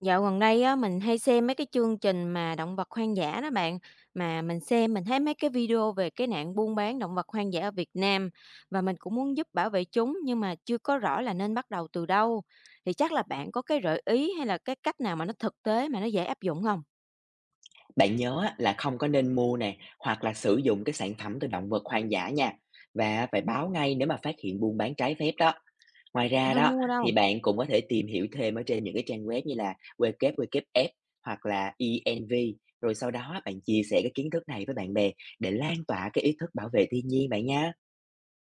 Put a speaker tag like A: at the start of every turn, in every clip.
A: Dạo gần đây á, mình hay xem mấy cái chương trình mà động vật hoang dã đó bạn. Mà mình xem mình thấy mấy cái video về cái nạn buôn bán động vật hoang dã ở Việt Nam và mình cũng muốn giúp bảo vệ chúng nhưng mà chưa có rõ là nên bắt đầu từ đâu. Thì chắc là bạn có cái gợi ý hay là cái cách nào mà nó thực tế mà nó dễ áp dụng không?
B: Bạn nhớ á, là không có nên mua nè, hoặc là sử dụng cái sản phẩm từ động vật hoang dã nha, và phải báo ngay nếu mà phát hiện buôn bán trái phép đó. Ngoài
A: Mình
B: ra
A: không
B: đó,
A: mua
B: thì
A: đâu.
B: bạn cũng có thể tìm hiểu thêm ở trên những cái trang web như là WWF hoặc là ENV, rồi sau đó bạn chia sẻ cái kiến thức này với bạn bè để lan tỏa cái ý thức bảo vệ thiên nhiên bạn nha.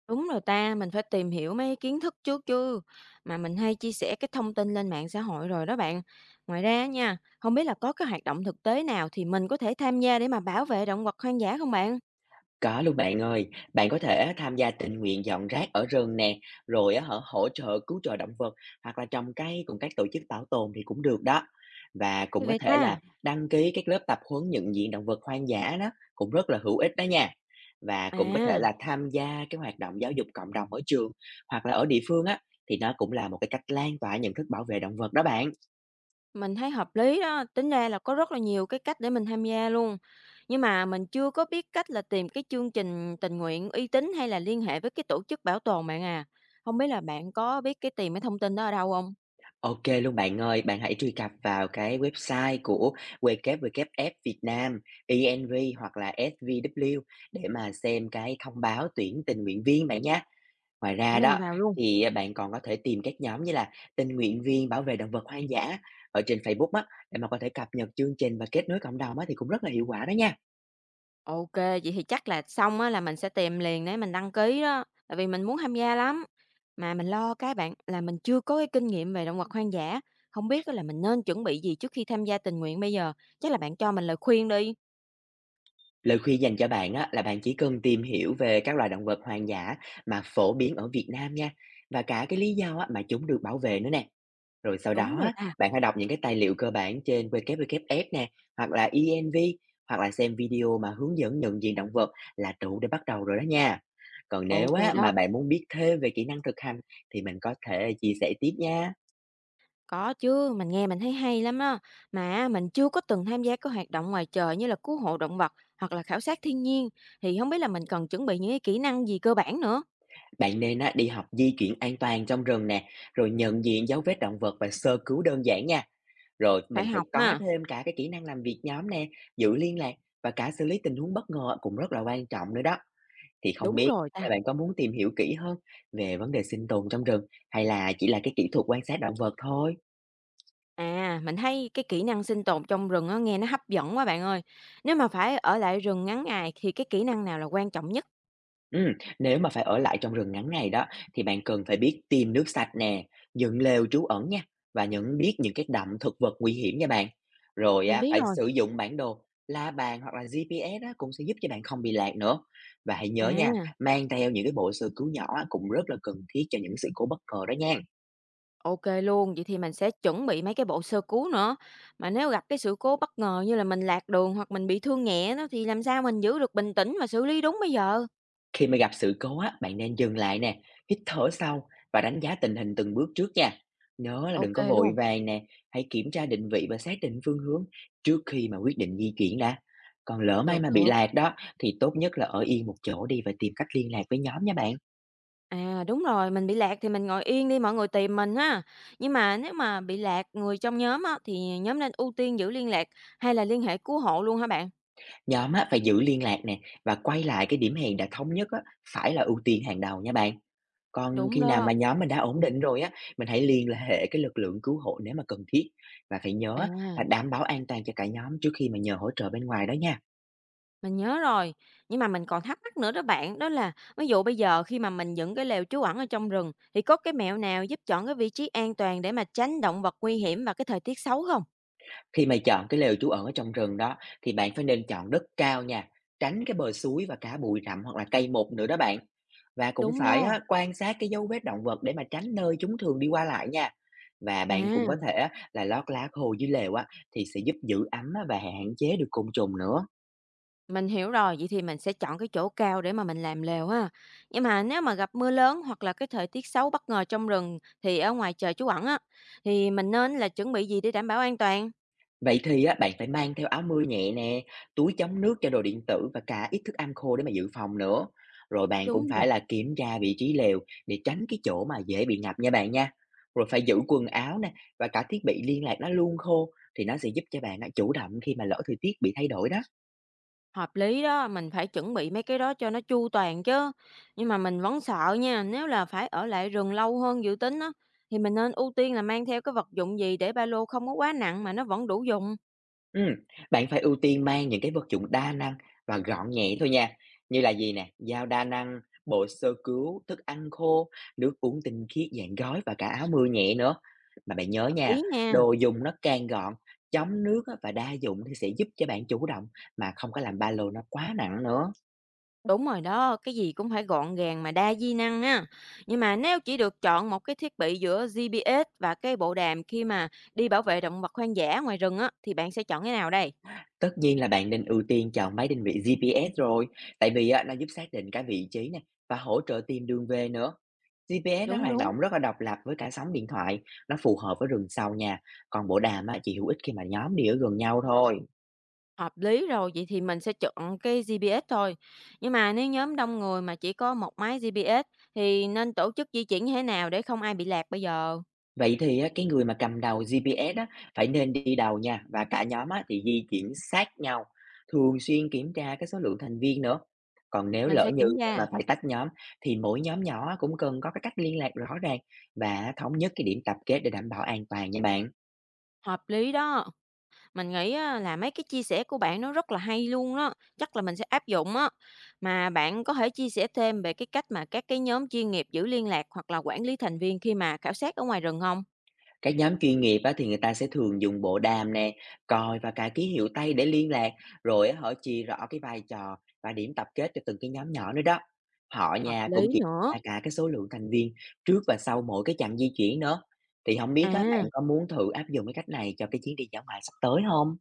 A: Đúng rồi ta, mình phải tìm hiểu mấy cái kiến thức trước chứ. Mà mình hay chia sẻ cái thông tin lên mạng xã hội rồi đó bạn. Ngoài ra nha, không biết là có cái hoạt động thực tế nào thì mình có thể tham gia để mà bảo vệ động vật hoang dã không bạn?
B: Có luôn bạn ơi, bạn có thể tham gia tình nguyện dọn rác ở rừng nè, rồi á hả hỗ trợ cứu trợ động vật hoặc là trồng cây cùng các tổ chức bảo tồn thì cũng được đó. Và
A: Như
B: cũng có
A: vậy
B: thể
A: ta.
B: là đăng ký các lớp tập huấn nhận diện động vật hoang dã đó, cũng rất là hữu ích đó nha. Và cũng có thể
A: À,
B: là tham gia cái hoạt động giáo dục cộng đồng ở trường hoặc là ở địa phương á, thì nó cũng là một cái cách lan tỏa nhận thức bảo vệ động vật đó bạn.
A: mình thấy hợp lý đó, tính ra là có rất là nhiều cái cách để mình tham gia luôn. Nhưng mà mình chưa có biết cách là tìm cái chương trình tình nguyện uy tín hay là liên hệ với cái tổ chức bảo tồn bạn à. Không biết là bạn có biết cái tìm cái thông tin đó ở đâu không?
B: OK luôn bạn ơi, bạn hãy truy cập vào cái website của WWF Việt Nam, ENV hoặc là SVW để mà xem cái thông báo tuyển tình nguyện viên bạn nhé. Ngoài
A: Để
B: ra
A: mình
B: đó
A: vào luôn.
B: thì, bạn còn có thể tìm các nhóm như là tình nguyện viên bảo vệ động vật hoang dã ở trên Facebook á, để mà có thể cập nhật chương trình và kết nối cộng đồng á, thì cũng rất là hiệu quả đó nha.
A: OK, vậy thì chắc là xong á là mình sẽ tìm liền để mình đăng ký đó, tại vì mình muốn tham gia lắm. Mà mình lo cái bạn là mình chưa có cái kinh nghiệm về động vật hoang dã, không biết á là mình nên chuẩn bị gì trước khi tham gia tình nguyện bây giờ? Chắc là bạn cho mình lời khuyên đi.
B: Lời khuyên dành cho bạn á, là bạn chỉ cần tìm hiểu về các loài động vật hoang dã mà phổ biến ở Việt Nam nha, và cả cái lý do á mà chúng được bảo vệ nữa nè. Rồi sau
A: Đúng
B: đó
A: rồi
B: á,
A: ta,
B: bạn hãy đọc những cái tài liệu cơ bản trên WWF nè, hoặc là ENV, hoặc là xem video mà hướng dẫn nhận diện động vật là đủ để bắt đầu rồi đó nha. Còn nếu
A: OK
B: á,
A: đó,
B: mà bạn muốn biết thêm về kỹ năng thực hành thì mình có thể chia sẻ tiếp nha.
A: có chứ, mình nghe mình thấy hay lắm đó. Mà mình chưa có từng tham gia các hoạt động ngoài trời như là cứu hộ động vật hoặc là khảo sát thiên nhiên, thì không biết là mình cần chuẩn bị những cái kỹ năng gì cơ bản nữa?
B: Bạn nên á, đi học di chuyển an toàn trong rừng nè, rồi nhận diện dấu vết động vật và sơ cứu đơn giản nha. Rồi
A: Phải
B: mình phải
A: học
B: có
A: ha.
B: thêm cả cái kỹ năng làm việc nhóm nè, giữ liên lạc và cả xử lý tình huống bất ngờ cũng rất là quan trọng nữa đó. Thì không
A: Đúng
B: biết
A: rồi ta.
B: là bạn có muốn tìm hiểu kỹ hơn về vấn đề sinh tồn trong rừng hay là chỉ là cái kỹ thuật quan sát động vật thôi?
A: À, mình thấy cái kỹ năng sinh tồn trong rừng á, nghe nó hấp dẫn quá bạn ơi. Nếu mà phải ở lại rừng ngắn ngày thì cái kỹ năng nào là quan trọng nhất?
B: Ừ, nếu mà phải ở lại trong rừng ngắn ngày đó thì bạn cần phải biết tìm nước sạch nè, dựng lều trú ẩn nha và nhận biết những cái đậm thực vật nguy hiểm nha bạn. Rồi
A: Mình
B: á,
A: biết
B: phải
A: rồi.
B: sử dụng bản đồ, la bàn hoặc là GPS á, cũng sẽ giúp cho bạn không bị lạc nữa. Và hãy nhớ nha,
A: À,
B: mang theo những cái bộ sơ cứu nhỏ á, cũng rất là cần thiết cho những sự cố bất ngờ đó nha.
A: ok luôn. Vậy thì mình sẽ chuẩn bị mấy cái bộ sơ cứu nữa. Mà nếu gặp cái sự cố bất ngờ như là mình lạc đường hoặc mình bị thương nhẹ đó thì làm sao mình giữ được bình tĩnh và xử lý đúng bây giờ?
B: Khi mà gặp sự cố á, bạn nên dừng lại nè, hít thở sâu và đánh giá tình hình từng bước trước nha. Nhớ là đừng
A: Ok
B: có vội
A: luôn.
B: vàng nè, hãy kiểm tra định vị và xác định phương hướng trước khi mà quyết định di chuyển đã. Còn lỡ may
A: Được,
B: mà bị
A: được.
B: lạc đó, thì tốt nhất là ở yên một chỗ đi và tìm cách liên lạc với nhóm nha bạn.
A: À đúng rồi, mình bị lạc thì mình ngồi yên đi mọi người tìm mình ha. Nhưng mà nếu mà bị lạc người trong nhóm á, thì nhóm nên ưu tiên giữ liên lạc hay là liên hệ cứu hộ luôn hả bạn?
B: Nhóm á, phải giữ liên lạc nè và quay lại cái điểm hẹn đã thống nhất á, phải là ưu tiên hàng đầu nha bạn. Còn
A: Đúng
B: khi nào mà
A: đó.
B: nhóm mình đã ổn định rồi á, mình hãy liên hệ cái lực lượng cứu hộ nếu mà cần thiết. Và phải nhớ
A: À,
B: là đảm bảo an toàn cho cả nhóm trước khi mà nhờ hỗ trợ bên ngoài đó nha.
A: mình nhớ rồi. Nhưng mà mình còn thắc mắc nữa đó bạn, đó là ví dụ bây giờ khi mà mình dựng cái lều trú ẩn ở trong rừng thì có cái mẹo nào giúp chọn cái vị trí an toàn để mà tránh động vật nguy hiểm và cái thời tiết xấu không?
B: Khi mà chọn cái lều trú ẩn ở trong rừng đó, thì bạn phải nên chọn đất cao nha, tránh cái bờ suối và cả bụi rậm hoặc là cây mục nữa đó bạn. Và cũng
A: Đúng
B: phải
A: đó.
B: á, quan sát cái dấu vết động vật để mà tránh nơi chúng thường đi qua lại nha. Và bạn cũng có
A: À,
B: thể á, là lót lá khô dưới lều á, thì sẽ giúp giữ ấm á, và hạn chế được côn trùng nữa.
A: mình hiểu rồi, vậy thì mình sẽ chọn cái chỗ cao để mà mình làm lều ha. Nhưng mà nếu mà gặp mưa lớn hoặc là cái thời tiết xấu bất ngờ trong rừng thì ở ngoài trời trú ẩn á thì mình nên là chuẩn bị gì để đảm bảo an toàn?
B: Vậy thì á, bạn phải mang theo áo mưa nhẹ nè, túi chống nước cho đồ điện tử và cả ít thức ăn khô để mà dự phòng nữa. Rồi bạn cũng
A: Đúng rồi.
B: phải là kiểm tra vị trí lều để tránh cái chỗ mà dễ bị ngập nha bạn nha. Rồi phải giữ quần áo nè và cả thiết bị liên lạc nó luôn khô, thì nó sẽ giúp cho bạn á, chủ động khi mà lỡ thời tiết bị thay đổi đó.
A: Hợp lý đó, mình phải chuẩn bị mấy cái đó cho nó chu toàn chứ. Nhưng mà mình vẫn sợ nha, nếu là phải ở lại rừng lâu hơn dự tính á, thì mình nên ưu tiên là mang theo cái vật dụng gì để ba lô không có quá nặng mà nó vẫn đủ dùng.
B: Ừm, bạn phải ưu tiên mang những cái vật dụng đa năng và gọn nhẹ thôi nha, như là gì nè, dao đa năng, bộ sơ cứu, thức ăn khô, nước uống tinh khiết dạng gói và cả áo mưa nhẹ nữa. Mà bạn nhớ
A: Hợp lý
B: nha,
A: nha.
B: đồ dùng nó càng gọn, chống nước á và đa dụng, thì sẽ giúp cho bạn chủ động mà không có làm ba lô nó quá nặng nữa.
A: Đúng rồi đó, cái gì cũng phải gọn gàng mà đa di năng á. Nhưng mà nếu chỉ được chọn một cái thiết bị giữa GPS và cái bộ đàm khi mà đi bảo vệ động vật hoang dã ngoài rừng á, thì bạn sẽ chọn cái nào đây?
B: Tất nhiên là bạn nên ưu tiên chọn máy định vị GPS rồi, tại vì á, nó giúp xác định cả vị trí nè và hỗ trợ tìm đường về nữa. GPS nó
A: Đúng
B: hoạt
A: đúng.
B: động rất là độc lập với cả sóng điện thoại, nó phù hợp với rừng sâu nha. Còn bộ đàm á, chỉ hữu ích khi mà nhóm đi ở gần nhau thôi.
A: Hợp lý rồi, vậy thì mình sẽ chọn cái GPS thôi. Nhưng mà nếu nhóm đông người mà chỉ có một máy GPS thì nên tổ chức di chuyển như thế nào để không ai bị lạc bây giờ?
B: Vậy thì á, cái người mà cầm đầu GPS á, phải nên đi đầu nha, và cả nhóm á, thì di chuyển sát nhau, thường xuyên kiểm tra cái số lượng thành viên nữa. Còn nếu
A: Mình
B: lỡ
A: sẽ
B: như
A: kiểm
B: mà
A: tra.
B: phải tách nhóm, thì mỗi nhóm nhỏ cũng cần có cái cách liên lạc rõ ràng và thống nhất cái điểm tập kết để đảm bảo an toàn nha bạn.
A: Hợp lý đó. Mình nghĩ á, là mấy cái chia sẻ của bạn nó rất là hay luôn đó. Chắc là mình sẽ áp dụng á. Mà bạn có thể chia sẻ thêm về cái cách mà các cái nhóm chuyên nghiệp giữ liên lạc hoặc là quản lý thành viên khi mà khảo sát ở ngoài rừng không?
B: Các nhóm chuyên nghiệp á, thì người ta sẽ thường dùng bộ đàm nè, còi và cả ký hiệu tay để liên lạc, rồi á, họ chia rõ cái vai trò và điểm tập kết cho từng cái nhóm nhỏ nữa đó. Họ
A: Hợp
B: nhà
A: lý
B: cũng kiểm
A: nữa.
B: tra cả cái số lượng thành viên trước và sau mỗi cái chặng di chuyển nữa. Thì không biết các bạn
A: À.
B: có muốn thử áp dụng cái cách này cho cái chuyến đi dã ngoại sắp tới không?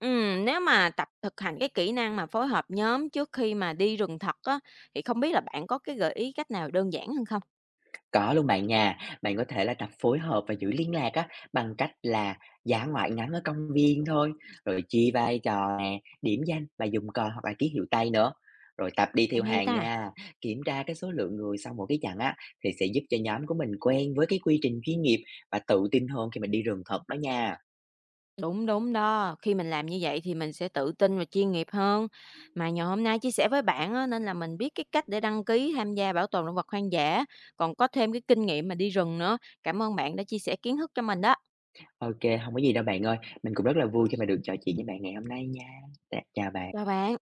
A: Nếu mà tập thực hành cái kỹ năng mà phối hợp nhóm trước khi mà đi rừng thật á, thì không biết là bạn có cái gợi ý cách nào đơn giản hơn không?
B: Có luôn bạn nha, bạn có thể là tập phối hợp và giữ liên lạc á, bằng cách là dã ngoại ngắn ở công viên thôi, rồi chia vai trò nè, điểm danh và dùng cờ hoặc là ký hiệu tay nữa. Rồi tập đi theo
A: Hay hay
B: hàng
A: ta?
B: nha, kiểm tra cái số lượng người sau mỗi cái chặng á, thì sẽ giúp cho nhóm của mình quen với cái quy trình chuyên nghiệp và tự tin hơn khi mà đi rừng thật đó nha.
A: Đúng, đúng đó. Khi mình làm như vậy thì mình sẽ tự tin và chuyên nghiệp hơn. Mà nhờ hôm nay chia sẻ với bạn á, nên là mình biết cái cách để đăng ký tham gia bảo tồn động vật hoang dã, còn có thêm cái kinh nghiệm mà đi rừng nữa. Cảm ơn bạn đã chia sẻ kiến thức cho mình đó.
B: OK, không có gì đâu bạn ơi, mình cũng rất là vui khi mà được trò chuyện với bạn ngày hôm nay nha. T chào
A: Chào
B: bạn.
A: bạn.